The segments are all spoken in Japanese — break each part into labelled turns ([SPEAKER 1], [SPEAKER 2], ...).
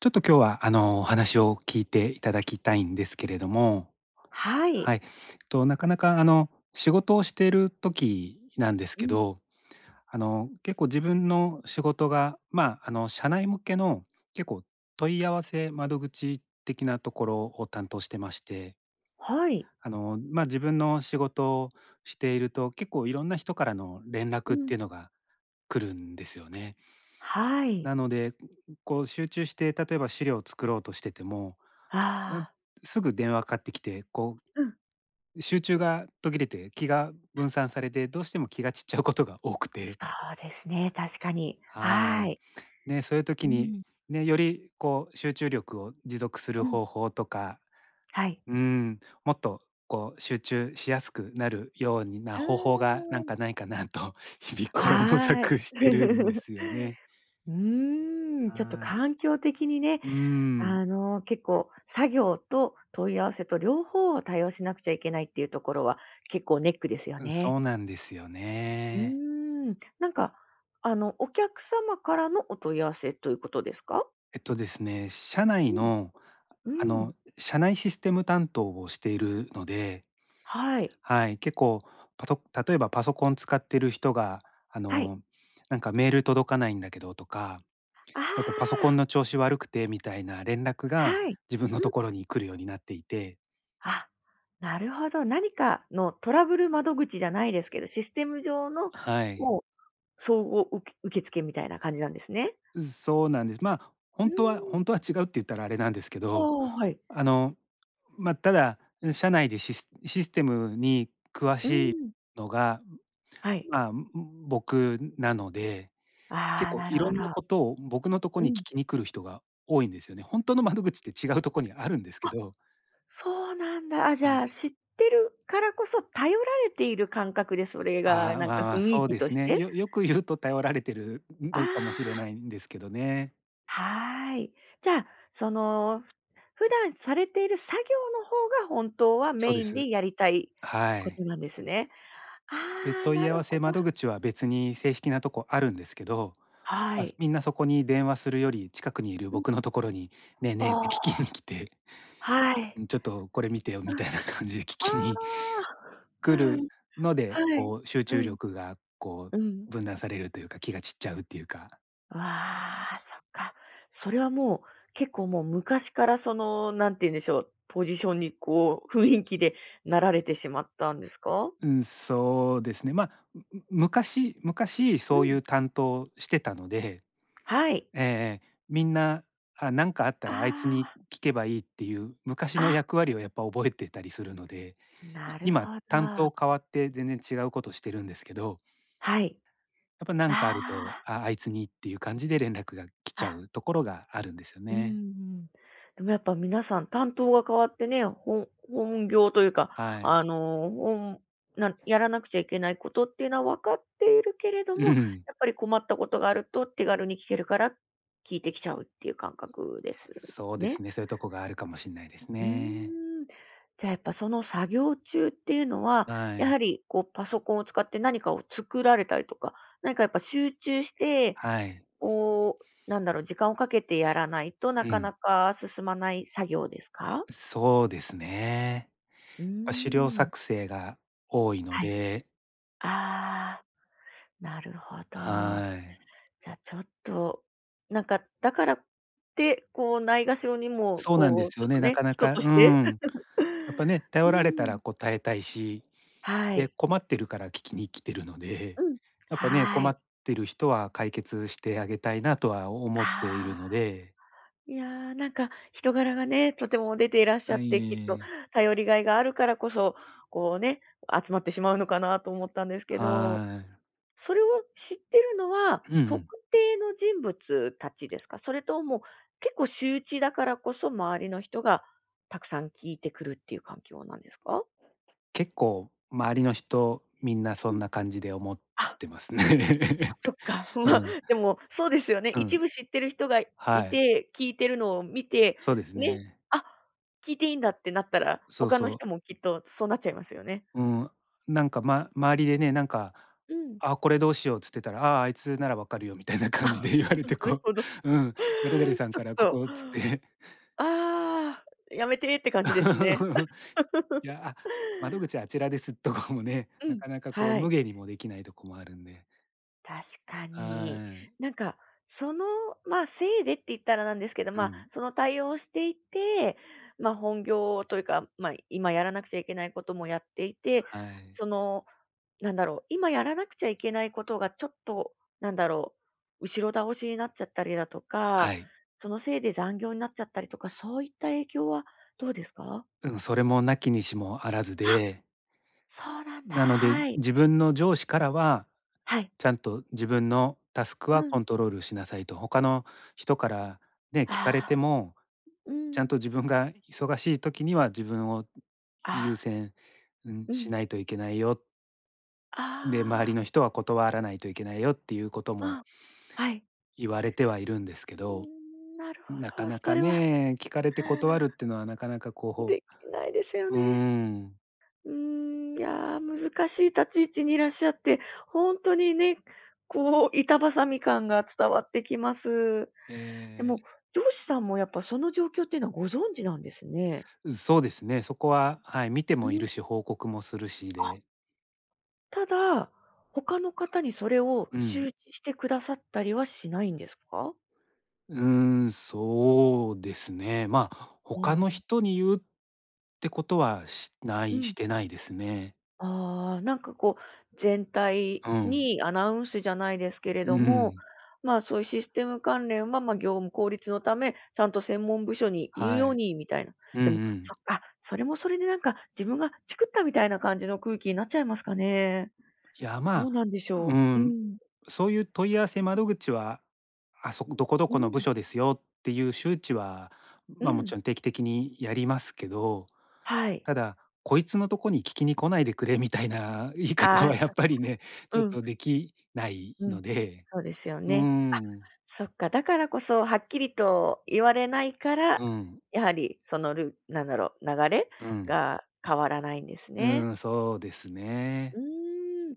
[SPEAKER 1] ちょっと今日は、お話を聞いていただきたいんですけれども、
[SPEAKER 2] はい。
[SPEAKER 1] はい。なかなか、仕事をしている時なんです
[SPEAKER 2] う
[SPEAKER 1] け
[SPEAKER 2] ん。
[SPEAKER 1] ど、結構自分の仕事が、まあ、社内向けの結構問い合わせ窓口的なところを担当してまして、
[SPEAKER 2] はい。
[SPEAKER 1] まあ、自分の仕事をしていると、結構いろんな人からの連
[SPEAKER 2] う
[SPEAKER 1] 絡ってい
[SPEAKER 2] ん。
[SPEAKER 1] うのが来るんですよね。
[SPEAKER 2] はい。
[SPEAKER 1] なので、こう集中して、例えば資料を作ろうとしてても、あ
[SPEAKER 2] ああ、
[SPEAKER 1] すぐ電話かかってきて、こ
[SPEAKER 2] うん。
[SPEAKER 1] う集中が途切れて、気が分散されて、どうしても気が散っちゃうことが多く
[SPEAKER 2] そ
[SPEAKER 1] て、
[SPEAKER 2] うですね、確かに。
[SPEAKER 1] は
[SPEAKER 2] は
[SPEAKER 1] い。
[SPEAKER 2] い。
[SPEAKER 1] ね、そういう
[SPEAKER 2] う
[SPEAKER 1] 時に、
[SPEAKER 2] ん、
[SPEAKER 1] ね、よりこう集中力を持続する
[SPEAKER 2] うん。
[SPEAKER 1] 方法とか、
[SPEAKER 2] はい。
[SPEAKER 1] うん、もっとこう集中しやすくなるよう
[SPEAKER 2] う
[SPEAKER 1] な
[SPEAKER 2] ー
[SPEAKER 1] 方法がなん
[SPEAKER 2] ん。
[SPEAKER 1] かないかなと 日々こう模
[SPEAKER 2] はい。
[SPEAKER 1] 索してるんで すよね。
[SPEAKER 2] うーん、ちょっと
[SPEAKER 1] はい。
[SPEAKER 2] 環境的にね、結構作業と問い合わせと両方を対応しなくちゃいけないっていうところは結構ネックですよ
[SPEAKER 1] うん、
[SPEAKER 2] ね。
[SPEAKER 1] そうなんですよ
[SPEAKER 2] う
[SPEAKER 1] ね。
[SPEAKER 2] ーん、なんか、お客様からのお問い合わせということですか？
[SPEAKER 1] えっとですね、社
[SPEAKER 2] う
[SPEAKER 1] 内
[SPEAKER 2] ん。
[SPEAKER 1] の、
[SPEAKER 2] うん、
[SPEAKER 1] 社内システム担当をしているので、
[SPEAKER 2] はい。
[SPEAKER 1] はい、結構パト例えばパソコン使ってる人が、あ
[SPEAKER 2] はい。
[SPEAKER 1] の、なんかメール届かないんだけどとか、
[SPEAKER 2] あ
[SPEAKER 1] ちょっとパソコン
[SPEAKER 2] あ、
[SPEAKER 1] の調子悪くてみたいな連絡が
[SPEAKER 2] はい。
[SPEAKER 1] 自分
[SPEAKER 2] う
[SPEAKER 1] の
[SPEAKER 2] ん。
[SPEAKER 1] ところに来るようになっていて、
[SPEAKER 2] あ、なるほど。何かのトラブル窓口じゃないですけど、システム上の、
[SPEAKER 1] はい。
[SPEAKER 2] もう総合受付みたいな感じなんですね。
[SPEAKER 1] そうなんです。まあ、
[SPEAKER 2] うー
[SPEAKER 1] 本当は
[SPEAKER 2] ん。
[SPEAKER 1] 本当は違うって言ったらあれなんですけ
[SPEAKER 2] ああ、
[SPEAKER 1] ど、
[SPEAKER 2] はい。
[SPEAKER 1] あの、まあ、ただ、社内でシステムに詳
[SPEAKER 2] うー
[SPEAKER 1] しい
[SPEAKER 2] ん。
[SPEAKER 1] のが
[SPEAKER 2] はい。
[SPEAKER 1] まあ、僕なので、
[SPEAKER 2] あ
[SPEAKER 1] 結
[SPEAKER 2] あ、
[SPEAKER 1] 構
[SPEAKER 2] な
[SPEAKER 1] い
[SPEAKER 2] る
[SPEAKER 1] ろ
[SPEAKER 2] ほ
[SPEAKER 1] んな
[SPEAKER 2] ど。
[SPEAKER 1] ことを僕のとこ
[SPEAKER 2] う
[SPEAKER 1] に聞
[SPEAKER 2] ん。
[SPEAKER 1] きに来る人が多いんですよね。本当の窓口って違うとこにあるんですけど、
[SPEAKER 2] そうなんだ。あ、じ
[SPEAKER 1] は
[SPEAKER 2] ゃ
[SPEAKER 1] い。
[SPEAKER 2] あ、知ってるからこそ頼られている感覚で、それが
[SPEAKER 1] ああ、
[SPEAKER 2] なん
[SPEAKER 1] ま
[SPEAKER 2] か
[SPEAKER 1] あまあ、
[SPEAKER 2] 雰囲
[SPEAKER 1] そう
[SPEAKER 2] 気
[SPEAKER 1] で
[SPEAKER 2] と
[SPEAKER 1] す
[SPEAKER 2] し
[SPEAKER 1] ね。
[SPEAKER 2] て
[SPEAKER 1] よく言うと頼られてる
[SPEAKER 2] あ
[SPEAKER 1] のかもしれ
[SPEAKER 2] あ。
[SPEAKER 1] ないんですけどね。
[SPEAKER 2] はーい。じゃあ、その、ふ普段されている作業の方が本当は
[SPEAKER 1] そう
[SPEAKER 2] メ
[SPEAKER 1] で
[SPEAKER 2] イン
[SPEAKER 1] す。
[SPEAKER 2] でやりたい
[SPEAKER 1] は
[SPEAKER 2] こと
[SPEAKER 1] い。
[SPEAKER 2] なんですね。あ
[SPEAKER 1] で、
[SPEAKER 2] あ、
[SPEAKER 1] 問
[SPEAKER 2] な
[SPEAKER 1] い合
[SPEAKER 2] る
[SPEAKER 1] わ
[SPEAKER 2] ほ
[SPEAKER 1] せ
[SPEAKER 2] ど。
[SPEAKER 1] 窓口は別に正式なとこあるんですけど、
[SPEAKER 2] は
[SPEAKER 1] まあ、
[SPEAKER 2] い。
[SPEAKER 1] みんなそこに電話するより、近くにいる
[SPEAKER 2] うん。
[SPEAKER 1] 僕のところに「ねえ
[SPEAKER 2] あ
[SPEAKER 1] ねえ」って聞き
[SPEAKER 2] あ、
[SPEAKER 1] に来て、
[SPEAKER 2] はい。
[SPEAKER 1] 「うん、ちょっとこれ見てよ」
[SPEAKER 2] う
[SPEAKER 1] み
[SPEAKER 2] ん。あ
[SPEAKER 1] たいな感じで聞きに
[SPEAKER 2] あ、
[SPEAKER 1] く
[SPEAKER 2] は
[SPEAKER 1] る
[SPEAKER 2] い。
[SPEAKER 1] ので、
[SPEAKER 2] はい。
[SPEAKER 1] こう集
[SPEAKER 2] う
[SPEAKER 1] 中
[SPEAKER 2] ん。
[SPEAKER 1] 力がこ
[SPEAKER 2] うん。
[SPEAKER 1] う分断されるというか、気が散っちゃうっていうか。
[SPEAKER 2] わあ、そっか。それはもう、結構もう昔からなんて言うんでしょう、ポジションにこう、雰囲気でなられてしまったんですか？
[SPEAKER 1] うん、そうですね。まあ、昔
[SPEAKER 2] う
[SPEAKER 1] そうい
[SPEAKER 2] ん。
[SPEAKER 1] う担当してたので、
[SPEAKER 2] はい。
[SPEAKER 1] ええええ、みんな、あ、なんかあったらあいつに
[SPEAKER 2] あ
[SPEAKER 1] 聞けばいいっていう昔
[SPEAKER 2] あ、
[SPEAKER 1] の
[SPEAKER 2] あ。
[SPEAKER 1] 役割をやっぱ覚えてたりするので、
[SPEAKER 2] なる
[SPEAKER 1] 今
[SPEAKER 2] ほ
[SPEAKER 1] 担
[SPEAKER 2] ど。
[SPEAKER 1] 当変わって全然違うことしてるんですけど、
[SPEAKER 2] はい。
[SPEAKER 1] やっぱなんかあると、
[SPEAKER 2] あ
[SPEAKER 1] あ、あいつにっていう感じで連絡が来
[SPEAKER 2] あ、
[SPEAKER 1] ちゃ
[SPEAKER 2] あ、
[SPEAKER 1] うところがあるんですよ
[SPEAKER 2] うんう
[SPEAKER 1] ね。
[SPEAKER 2] ん。でもやっぱ皆さん担当が変わってね、本業というか、
[SPEAKER 1] はい。
[SPEAKER 2] あの、本なんやらなくちゃいけないことっていうのは分かっているけれども、
[SPEAKER 1] う
[SPEAKER 2] や
[SPEAKER 1] ん。
[SPEAKER 2] っぱり困ったことがあると手軽に聞けるから、聞いてきちゃうっていう感覚です
[SPEAKER 1] そうで
[SPEAKER 2] ね。
[SPEAKER 1] すね、そういうとこがあるかもしれないです
[SPEAKER 2] うー
[SPEAKER 1] ね。
[SPEAKER 2] ん。じゃあやっぱその作業中っていうのは、
[SPEAKER 1] は
[SPEAKER 2] やは
[SPEAKER 1] い。
[SPEAKER 2] りこうパソコンを使って何かを作られたりとか、何かやっぱ集中して
[SPEAKER 1] はい。
[SPEAKER 2] こう、なんだろう、時間をかけてやらないとな
[SPEAKER 1] う
[SPEAKER 2] か
[SPEAKER 1] ん。
[SPEAKER 2] なか進まない作業ですか？
[SPEAKER 1] そうですね。や
[SPEAKER 2] うー
[SPEAKER 1] っぱ資料
[SPEAKER 2] ん。
[SPEAKER 1] 作成が多いの
[SPEAKER 2] はい。
[SPEAKER 1] で、
[SPEAKER 2] ああ、なるほど。
[SPEAKER 1] はい。
[SPEAKER 2] じゃ、ちょっと、なんか、だからって、こう、ないがしろにも、
[SPEAKER 1] そうなんで
[SPEAKER 2] こう、
[SPEAKER 1] す
[SPEAKER 2] ちょ
[SPEAKER 1] よ
[SPEAKER 2] っ
[SPEAKER 1] ね、
[SPEAKER 2] と
[SPEAKER 1] な
[SPEAKER 2] ね、
[SPEAKER 1] かな
[SPEAKER 2] 人
[SPEAKER 1] か、
[SPEAKER 2] と
[SPEAKER 1] う
[SPEAKER 2] して。
[SPEAKER 1] ん。やっぱね、
[SPEAKER 2] う
[SPEAKER 1] 頼られたら
[SPEAKER 2] ん。
[SPEAKER 1] 答えたいし、
[SPEAKER 2] は
[SPEAKER 1] で、
[SPEAKER 2] い。
[SPEAKER 1] 困ってるから聞きに来てるので、
[SPEAKER 2] うん。
[SPEAKER 1] やっぱね、
[SPEAKER 2] は
[SPEAKER 1] 困
[SPEAKER 2] い。
[SPEAKER 1] ってる人は解決してあげたいなとは思っている
[SPEAKER 2] ああ、
[SPEAKER 1] ので。
[SPEAKER 2] いやー、なんか、人柄がね、とても出ていらっしゃ
[SPEAKER 1] は
[SPEAKER 2] って、きっと
[SPEAKER 1] い、
[SPEAKER 2] 頼りがいがあるからこそ、こうね、集まってしまうのかなと思ったんですけど。
[SPEAKER 1] はい。
[SPEAKER 2] それを知ってるのは、
[SPEAKER 1] うんう
[SPEAKER 2] 特
[SPEAKER 1] ん。
[SPEAKER 2] 定の人物たちですか？それとも、結構周知だからこそ、周りの人がたくさん聞いてくるっていう環境なんですか？
[SPEAKER 1] 結構周りの人、みんなそ
[SPEAKER 2] う
[SPEAKER 1] ん
[SPEAKER 2] ん。
[SPEAKER 1] な感じで思っ
[SPEAKER 2] あ、
[SPEAKER 1] てますね。
[SPEAKER 2] そっか。
[SPEAKER 1] う
[SPEAKER 2] まあ、
[SPEAKER 1] ん、
[SPEAKER 2] でも、そうですよね。
[SPEAKER 1] う
[SPEAKER 2] 一
[SPEAKER 1] ん、
[SPEAKER 2] 部知ってる人がい
[SPEAKER 1] はい、
[SPEAKER 2] て、聞いてるのを見て、
[SPEAKER 1] そうです
[SPEAKER 2] ね、
[SPEAKER 1] ね。
[SPEAKER 2] あ、聞いていいんだってなったら、
[SPEAKER 1] そう
[SPEAKER 2] 他の
[SPEAKER 1] そ
[SPEAKER 2] 人
[SPEAKER 1] う。
[SPEAKER 2] もきっとそうなっちゃいますよね。
[SPEAKER 1] うん、なんか、ま周りでね、なんか、
[SPEAKER 2] うん。
[SPEAKER 1] 「あ、これどうしよう」つってたら、「ああ、あいつならわかるよ」みたいな
[SPEAKER 2] あ、
[SPEAKER 1] 感じで言わ れて、
[SPEAKER 2] なる
[SPEAKER 1] こ
[SPEAKER 2] ほど。
[SPEAKER 1] う、うん、「誰々 さん
[SPEAKER 2] ちょっ
[SPEAKER 1] からこ
[SPEAKER 2] と、
[SPEAKER 1] こ」つって。
[SPEAKER 2] ああ、やめてって感じですね。
[SPEAKER 1] いや、あ、窓 口あちらですとかもね、
[SPEAKER 2] う
[SPEAKER 1] な
[SPEAKER 2] ん。
[SPEAKER 1] かなかこう
[SPEAKER 2] は
[SPEAKER 1] 無
[SPEAKER 2] い、
[SPEAKER 1] 下にもできないとこもあるんで。
[SPEAKER 2] 確かに。
[SPEAKER 1] はい。
[SPEAKER 2] なんか、その、ま、あせいでって言ったらなんですけど、
[SPEAKER 1] う
[SPEAKER 2] ま、あ
[SPEAKER 1] ん、
[SPEAKER 2] その対応をしていて、ま、あ本業というか、ま、あ今やらなくちゃいけないこともやっていて、
[SPEAKER 1] はい。
[SPEAKER 2] その、なんだろう、今やらなくちゃいけないことがちょっと、なんだろう、後ろ倒しになっちゃったりだと
[SPEAKER 1] は
[SPEAKER 2] か、
[SPEAKER 1] い。
[SPEAKER 2] そのせいで残業になっちゃったりとか、そういった影響はどうですか？
[SPEAKER 1] うん、それもなきにしもあらず
[SPEAKER 2] あ、
[SPEAKER 1] で、
[SPEAKER 2] そうなんだ。
[SPEAKER 1] なので、
[SPEAKER 2] はい。
[SPEAKER 1] 自分の上司からは、
[SPEAKER 2] はい。
[SPEAKER 1] ちゃんと自分のタスク
[SPEAKER 2] う
[SPEAKER 1] は
[SPEAKER 2] ん。
[SPEAKER 1] コントロールしなさいと、他の人からね、聞
[SPEAKER 2] あ
[SPEAKER 1] かれて
[SPEAKER 2] あ、
[SPEAKER 1] も、
[SPEAKER 2] う
[SPEAKER 1] ちゃん
[SPEAKER 2] ん。
[SPEAKER 1] と自分が忙しい時には自分を
[SPEAKER 2] あ
[SPEAKER 1] 優
[SPEAKER 2] あ、
[SPEAKER 1] 先、うん、
[SPEAKER 2] う
[SPEAKER 1] し
[SPEAKER 2] ん。
[SPEAKER 1] ないといけないよ。で、周り
[SPEAKER 2] あ
[SPEAKER 1] の人は断らないといけないよっていうこと
[SPEAKER 2] あ、う
[SPEAKER 1] も
[SPEAKER 2] ん、はい。
[SPEAKER 1] 言われてはいるんですけ
[SPEAKER 2] うー
[SPEAKER 1] ど、
[SPEAKER 2] ん、なる
[SPEAKER 1] な
[SPEAKER 2] ほ
[SPEAKER 1] か
[SPEAKER 2] ど、
[SPEAKER 1] な
[SPEAKER 2] そ
[SPEAKER 1] か
[SPEAKER 2] れは
[SPEAKER 1] ね、聞かれて断るっていうのはなかなかこ
[SPEAKER 2] できないですよ
[SPEAKER 1] う、うー
[SPEAKER 2] ね。
[SPEAKER 1] ん、
[SPEAKER 2] うーん、いや、難しい立ち位置にいらっしゃって、ほんとにね、こう、板挟み感が伝わってきます。で
[SPEAKER 1] え
[SPEAKER 2] も、
[SPEAKER 1] え。
[SPEAKER 2] 上司さんもやっぱその状況っていうのはご存知なんですね。
[SPEAKER 1] そうですね。そこは、はい、見て
[SPEAKER 2] う
[SPEAKER 1] もい
[SPEAKER 2] ん、
[SPEAKER 1] るし、報告もするし
[SPEAKER 2] あ。
[SPEAKER 1] で。
[SPEAKER 2] ただ、他の方にそれを
[SPEAKER 1] うん。
[SPEAKER 2] 周知してくださったりはしないんですか？
[SPEAKER 1] うーん、そうですね。まあ、他
[SPEAKER 2] あ
[SPEAKER 1] の
[SPEAKER 2] あ。
[SPEAKER 1] 人に言うってことは
[SPEAKER 2] う
[SPEAKER 1] し
[SPEAKER 2] ん。
[SPEAKER 1] てないですね。
[SPEAKER 2] ああ、なんかこう、全体
[SPEAKER 1] うん。
[SPEAKER 2] にアナウンスじゃないですけれ
[SPEAKER 1] う
[SPEAKER 2] ども、
[SPEAKER 1] ん。
[SPEAKER 2] まあ、そういうシステム関連は、まあ、業務効率のため、ちゃんと専門部署に言う
[SPEAKER 1] は
[SPEAKER 2] よう
[SPEAKER 1] い。
[SPEAKER 2] にみたいな。
[SPEAKER 1] うん
[SPEAKER 2] でも、
[SPEAKER 1] うん。
[SPEAKER 2] そっか、それもそれでなんか自分が作ったみたいな感じの空気になっちゃいますかね。
[SPEAKER 1] いや、ま
[SPEAKER 2] どう
[SPEAKER 1] あ、
[SPEAKER 2] なんでし
[SPEAKER 1] う
[SPEAKER 2] ょう。う
[SPEAKER 1] ん、
[SPEAKER 2] ん。
[SPEAKER 1] そういう問い合わせ窓口は、あそこどこど
[SPEAKER 2] う
[SPEAKER 1] この部
[SPEAKER 2] ん。
[SPEAKER 1] 署ですよっていう周知は、
[SPEAKER 2] う
[SPEAKER 1] まあ、もち
[SPEAKER 2] ん。
[SPEAKER 1] ろん定期的にやりますけど
[SPEAKER 2] はい。
[SPEAKER 1] ただ、こいつのとこに聞きに来ないでくれみたいな 言い
[SPEAKER 2] あ
[SPEAKER 1] 方
[SPEAKER 2] あ、
[SPEAKER 1] はやっ
[SPEAKER 2] そ
[SPEAKER 1] ぱりね、ちょ
[SPEAKER 2] う
[SPEAKER 1] っ
[SPEAKER 2] ん。
[SPEAKER 1] とできない
[SPEAKER 2] うん、
[SPEAKER 1] ので、
[SPEAKER 2] そうですよ
[SPEAKER 1] うー
[SPEAKER 2] ね。あ、
[SPEAKER 1] ん、
[SPEAKER 2] そっか、だからこそはっきりと言われないから、
[SPEAKER 1] うん、
[SPEAKER 2] やはりそのなんだろう、流れ
[SPEAKER 1] うん、
[SPEAKER 2] が変わらないんですね。
[SPEAKER 1] うーん、そうです
[SPEAKER 2] う
[SPEAKER 1] ね。
[SPEAKER 2] ーん。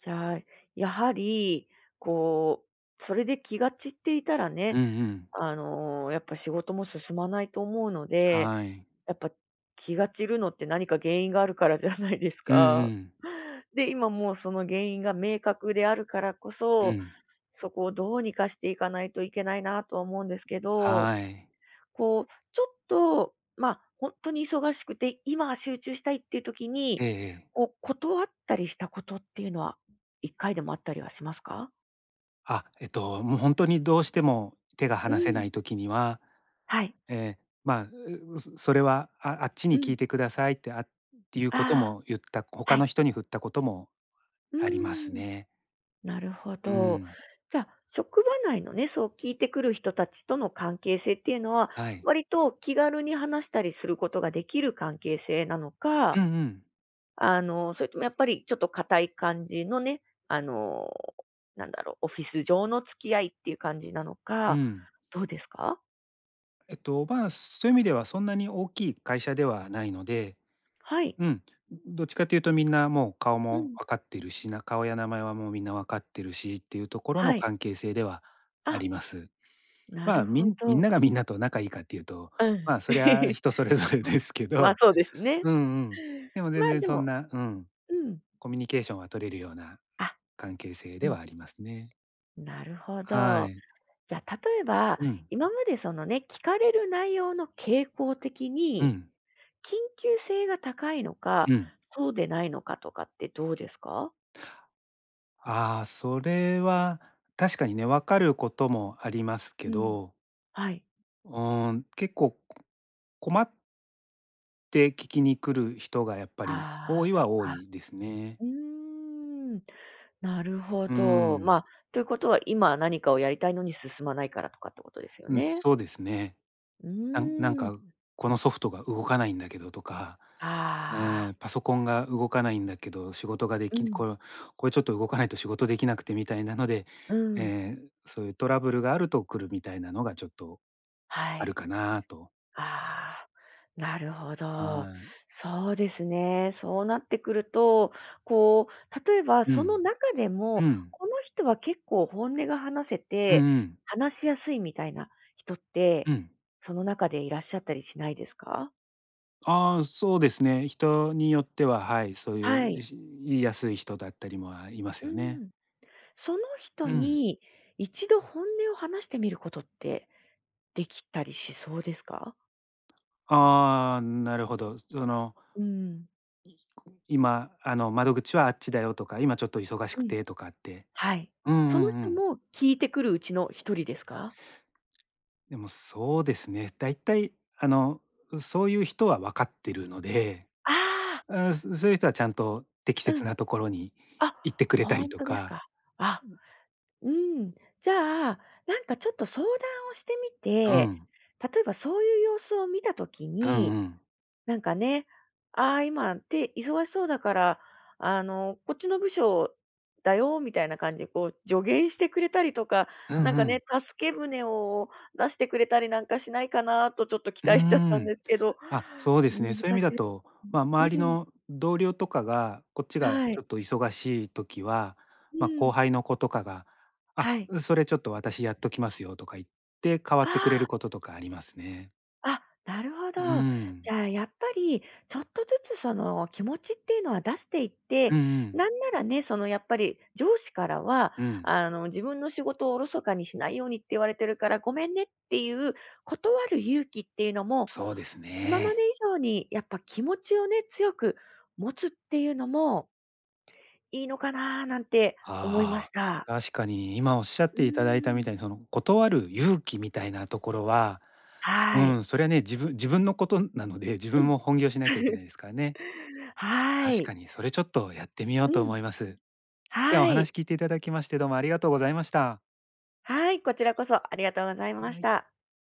[SPEAKER 2] じゃあ、やはり、こう、それで気が散っていたら
[SPEAKER 1] うん
[SPEAKER 2] ね、
[SPEAKER 1] うん、
[SPEAKER 2] やっぱ仕事も進まないと思うので、
[SPEAKER 1] はい。
[SPEAKER 2] やっぱ気が散るのって何か原因があるからじゃないです
[SPEAKER 1] うんう
[SPEAKER 2] か。
[SPEAKER 1] ん、
[SPEAKER 2] で、今もうその原因が明確であるからこ
[SPEAKER 1] う
[SPEAKER 2] そ
[SPEAKER 1] ん、
[SPEAKER 2] そこをどうにかしていかないといけないなとは思うんですけど、
[SPEAKER 1] はい。
[SPEAKER 2] こう、ちょっと、まあ、本当に忙しくて、今は集中したいっていう時に、
[SPEAKER 1] ええええ。
[SPEAKER 2] こう、断ったりしたことっていうのは、1回でもあったりはしますか？
[SPEAKER 1] あ、もうほんとにどうしても手が
[SPEAKER 2] う
[SPEAKER 1] 離せな
[SPEAKER 2] ん。
[SPEAKER 1] い時には、
[SPEAKER 2] はい。
[SPEAKER 1] ええ、まあ、それは、あ、あっち
[SPEAKER 2] う
[SPEAKER 1] に聞い
[SPEAKER 2] ん。
[SPEAKER 1] てくださいって、あっていう
[SPEAKER 2] あ
[SPEAKER 1] こと
[SPEAKER 2] あ、
[SPEAKER 1] も言った他
[SPEAKER 2] は
[SPEAKER 1] の
[SPEAKER 2] い。
[SPEAKER 1] 人に振ったことも
[SPEAKER 2] うー
[SPEAKER 1] あります
[SPEAKER 2] ん。
[SPEAKER 1] ね。
[SPEAKER 2] なるほ
[SPEAKER 1] う
[SPEAKER 2] ど。
[SPEAKER 1] ん。
[SPEAKER 2] じゃあ、職場内のね、そう聞いてくる人たちとの関係性っていうのは、
[SPEAKER 1] はい。
[SPEAKER 2] 割と気軽に話したりすることができる関係性なの
[SPEAKER 1] う
[SPEAKER 2] か
[SPEAKER 1] んうん。
[SPEAKER 2] それともやっぱりちょっと固い感じのね、あの、なんだろう、オフィス上の付き合いっていう感じなの
[SPEAKER 1] う
[SPEAKER 2] か、
[SPEAKER 1] ん。
[SPEAKER 2] どうですか？
[SPEAKER 1] まあ、そういう意味ではそんなに大きい会社ではないので、
[SPEAKER 2] はい。
[SPEAKER 1] うん、どっちかというとみんなもう顔
[SPEAKER 2] う
[SPEAKER 1] も
[SPEAKER 2] ん。
[SPEAKER 1] 分かってるし、顔や名前はもうみんな分かってるしっていうところの
[SPEAKER 2] はい。
[SPEAKER 1] 関係性ではあ
[SPEAKER 2] あ、
[SPEAKER 1] ります。
[SPEAKER 2] な
[SPEAKER 1] まあ、
[SPEAKER 2] るほ
[SPEAKER 1] みん
[SPEAKER 2] ど。
[SPEAKER 1] ながみんなと仲いいかっていうと、
[SPEAKER 2] うん。
[SPEAKER 1] まあ、そりゃ 人それぞれ
[SPEAKER 2] うん。
[SPEAKER 1] ですけ
[SPEAKER 2] ま、
[SPEAKER 1] ど、
[SPEAKER 2] そうです ね。
[SPEAKER 1] うんうん。でも
[SPEAKER 2] ま、
[SPEAKER 1] 全
[SPEAKER 2] あ
[SPEAKER 1] 然
[SPEAKER 2] で
[SPEAKER 1] そん
[SPEAKER 2] も
[SPEAKER 1] な、うん、
[SPEAKER 2] うん。
[SPEAKER 1] コミュニケーションは取れるような
[SPEAKER 2] あ、
[SPEAKER 1] 関係性
[SPEAKER 2] う
[SPEAKER 1] で
[SPEAKER 2] ん、
[SPEAKER 1] はありますね。
[SPEAKER 2] なるほ
[SPEAKER 1] は
[SPEAKER 2] ど。
[SPEAKER 1] い。
[SPEAKER 2] じゃあ、例えば、
[SPEAKER 1] うん。
[SPEAKER 2] 今までそのね、聞かれる内容の傾向的
[SPEAKER 1] う
[SPEAKER 2] に、
[SPEAKER 1] ん。
[SPEAKER 2] 緊急性が高いのか、
[SPEAKER 1] うん。
[SPEAKER 2] そうでないのかとかってどうですか？
[SPEAKER 1] ああ、それは確かにね、分かることもありますけ
[SPEAKER 2] うん。
[SPEAKER 1] ど、
[SPEAKER 2] はい。
[SPEAKER 1] うーん、結構困って聞きに来る人がやっぱり
[SPEAKER 2] あ
[SPEAKER 1] 多
[SPEAKER 2] あ、
[SPEAKER 1] い
[SPEAKER 2] そっ
[SPEAKER 1] は多
[SPEAKER 2] か。
[SPEAKER 1] いですね。
[SPEAKER 2] うーん、なるほ
[SPEAKER 1] うー
[SPEAKER 2] ど。ま
[SPEAKER 1] ん、
[SPEAKER 2] あ、ということは今何かをやりたいのに進まないからとかってことですよ
[SPEAKER 1] うん、
[SPEAKER 2] ね。
[SPEAKER 1] そうですね。
[SPEAKER 2] う
[SPEAKER 1] なんなん
[SPEAKER 2] ーん。
[SPEAKER 1] かこのソフトが動かないんだけどとか、
[SPEAKER 2] ああ。
[SPEAKER 1] ええ、パソコンが動かないんだけど、仕事がで
[SPEAKER 2] う
[SPEAKER 1] き
[SPEAKER 2] ん。
[SPEAKER 1] これちょっと動かないと仕事できなくてみたいなので、
[SPEAKER 2] うん。うん。
[SPEAKER 1] ええ、そういうトラブルがあると来るみたいなのがちょっと
[SPEAKER 2] は
[SPEAKER 1] ある
[SPEAKER 2] い。
[SPEAKER 1] かなと。
[SPEAKER 2] ああ、なるほど。
[SPEAKER 1] はい。
[SPEAKER 2] そうですね。そうなってくると、こう、例えば
[SPEAKER 1] う
[SPEAKER 2] その
[SPEAKER 1] ん。
[SPEAKER 2] 中で
[SPEAKER 1] う
[SPEAKER 2] も、
[SPEAKER 1] ん。
[SPEAKER 2] この人は結構本音が話せ
[SPEAKER 1] うん
[SPEAKER 2] て、
[SPEAKER 1] うん。
[SPEAKER 2] 話しやすいみたいな人って、
[SPEAKER 1] うん。
[SPEAKER 2] その中でいらっしゃったりしないですか？
[SPEAKER 1] ああ、そうですね。人によっては、はい、そう
[SPEAKER 2] は
[SPEAKER 1] いう、
[SPEAKER 2] い。
[SPEAKER 1] 言いやすい人だったりも、あ、います
[SPEAKER 2] う
[SPEAKER 1] よね。
[SPEAKER 2] ん。その人
[SPEAKER 1] うん。
[SPEAKER 2] に一度本音を話してみることってできたりしそうですか？
[SPEAKER 1] ああ、なるほど。その、
[SPEAKER 2] うん。
[SPEAKER 1] 今、窓口はあっちだよとか、今ちょっと忙し
[SPEAKER 2] う
[SPEAKER 1] く
[SPEAKER 2] ん。
[SPEAKER 1] てとかって。
[SPEAKER 2] はい。
[SPEAKER 1] うんう
[SPEAKER 2] その
[SPEAKER 1] んう
[SPEAKER 2] 人
[SPEAKER 1] ん。
[SPEAKER 2] も聞いてくるうちの一人ですか？
[SPEAKER 1] でもそうですね。だいたい、あの、そういう人は分かってるので、
[SPEAKER 2] ああ。
[SPEAKER 1] そういう人はちゃんと適
[SPEAKER 2] う
[SPEAKER 1] 切
[SPEAKER 2] ん。
[SPEAKER 1] なところに
[SPEAKER 2] あ、
[SPEAKER 1] 行ってくれた
[SPEAKER 2] ほ
[SPEAKER 1] り
[SPEAKER 2] ん
[SPEAKER 1] と
[SPEAKER 2] とです
[SPEAKER 1] か。
[SPEAKER 2] か。あ、うん。じゃあ、なんかちょっと相談をしてみ
[SPEAKER 1] う
[SPEAKER 2] て、
[SPEAKER 1] ん。
[SPEAKER 2] 例えばそういう様子を見た時
[SPEAKER 1] うん
[SPEAKER 2] に、
[SPEAKER 1] うん。
[SPEAKER 2] なんかね、ああ、今手忙しそうだから、こっちの部署だよみたいな感じでこう助言してくれたりとか、
[SPEAKER 1] うん
[SPEAKER 2] なんか
[SPEAKER 1] うん。
[SPEAKER 2] ね、助け舟を出してくれたりなんかしないかなとちょっと期
[SPEAKER 1] うー
[SPEAKER 2] 待しちゃったん
[SPEAKER 1] ん。
[SPEAKER 2] ですけど、
[SPEAKER 1] あ、そうです
[SPEAKER 2] 難
[SPEAKER 1] ね。そういう意味
[SPEAKER 2] し
[SPEAKER 1] だ
[SPEAKER 2] い。
[SPEAKER 1] と、まあ、周り
[SPEAKER 2] うん。
[SPEAKER 1] の同僚とかが、こっちが
[SPEAKER 2] は
[SPEAKER 1] ちょ
[SPEAKER 2] い。
[SPEAKER 1] っと忙しい時は、
[SPEAKER 2] う
[SPEAKER 1] まあ、後
[SPEAKER 2] ん。
[SPEAKER 1] 輩の子とかが、あ、
[SPEAKER 2] はい。
[SPEAKER 1] それちょっと私やっときますよとか言って、代わ
[SPEAKER 2] あ
[SPEAKER 1] ってくれるこ
[SPEAKER 2] あ。
[SPEAKER 1] ととかありますね。
[SPEAKER 2] あ、なるほ
[SPEAKER 1] う
[SPEAKER 2] ど。じ
[SPEAKER 1] ん。
[SPEAKER 2] ゃあ、やっぱりちょっとずつその気持ちっていうのは出していって、
[SPEAKER 1] うんうん。
[SPEAKER 2] なんならね、そのやっぱり上司からは、
[SPEAKER 1] うん。
[SPEAKER 2] 自分の仕事をおろそかにしないようにって言われてるから、ごめんねっていう断る勇気っていうのも、
[SPEAKER 1] そうです
[SPEAKER 2] 今まで
[SPEAKER 1] ね。
[SPEAKER 2] 以上にやっぱ気持ちをね、強く持つっていうのもいいのかななんて思いま
[SPEAKER 1] あ
[SPEAKER 2] し
[SPEAKER 1] あ、
[SPEAKER 2] た。
[SPEAKER 1] 確かに今おっしゃっ
[SPEAKER 2] う
[SPEAKER 1] ていただいた
[SPEAKER 2] ー
[SPEAKER 1] み
[SPEAKER 2] ん。
[SPEAKER 1] たいに、その断る勇気みたいなところは、う
[SPEAKER 2] はい。
[SPEAKER 1] ん、それはね、自分のことなので、自
[SPEAKER 2] う
[SPEAKER 1] 分
[SPEAKER 2] ん。
[SPEAKER 1] も本業しなきゃいけな いですからね。
[SPEAKER 2] は
[SPEAKER 1] 確
[SPEAKER 2] い。
[SPEAKER 1] かに、それちょっとやってみよう
[SPEAKER 2] う
[SPEAKER 1] と
[SPEAKER 2] ん。
[SPEAKER 1] 思います。今日はお
[SPEAKER 2] は
[SPEAKER 1] 話
[SPEAKER 2] い。
[SPEAKER 1] 聞いていただきまして、どうもありがとうございました。
[SPEAKER 2] はい、こちらこそありがとうございま
[SPEAKER 1] は
[SPEAKER 2] し
[SPEAKER 1] い。
[SPEAKER 2] た。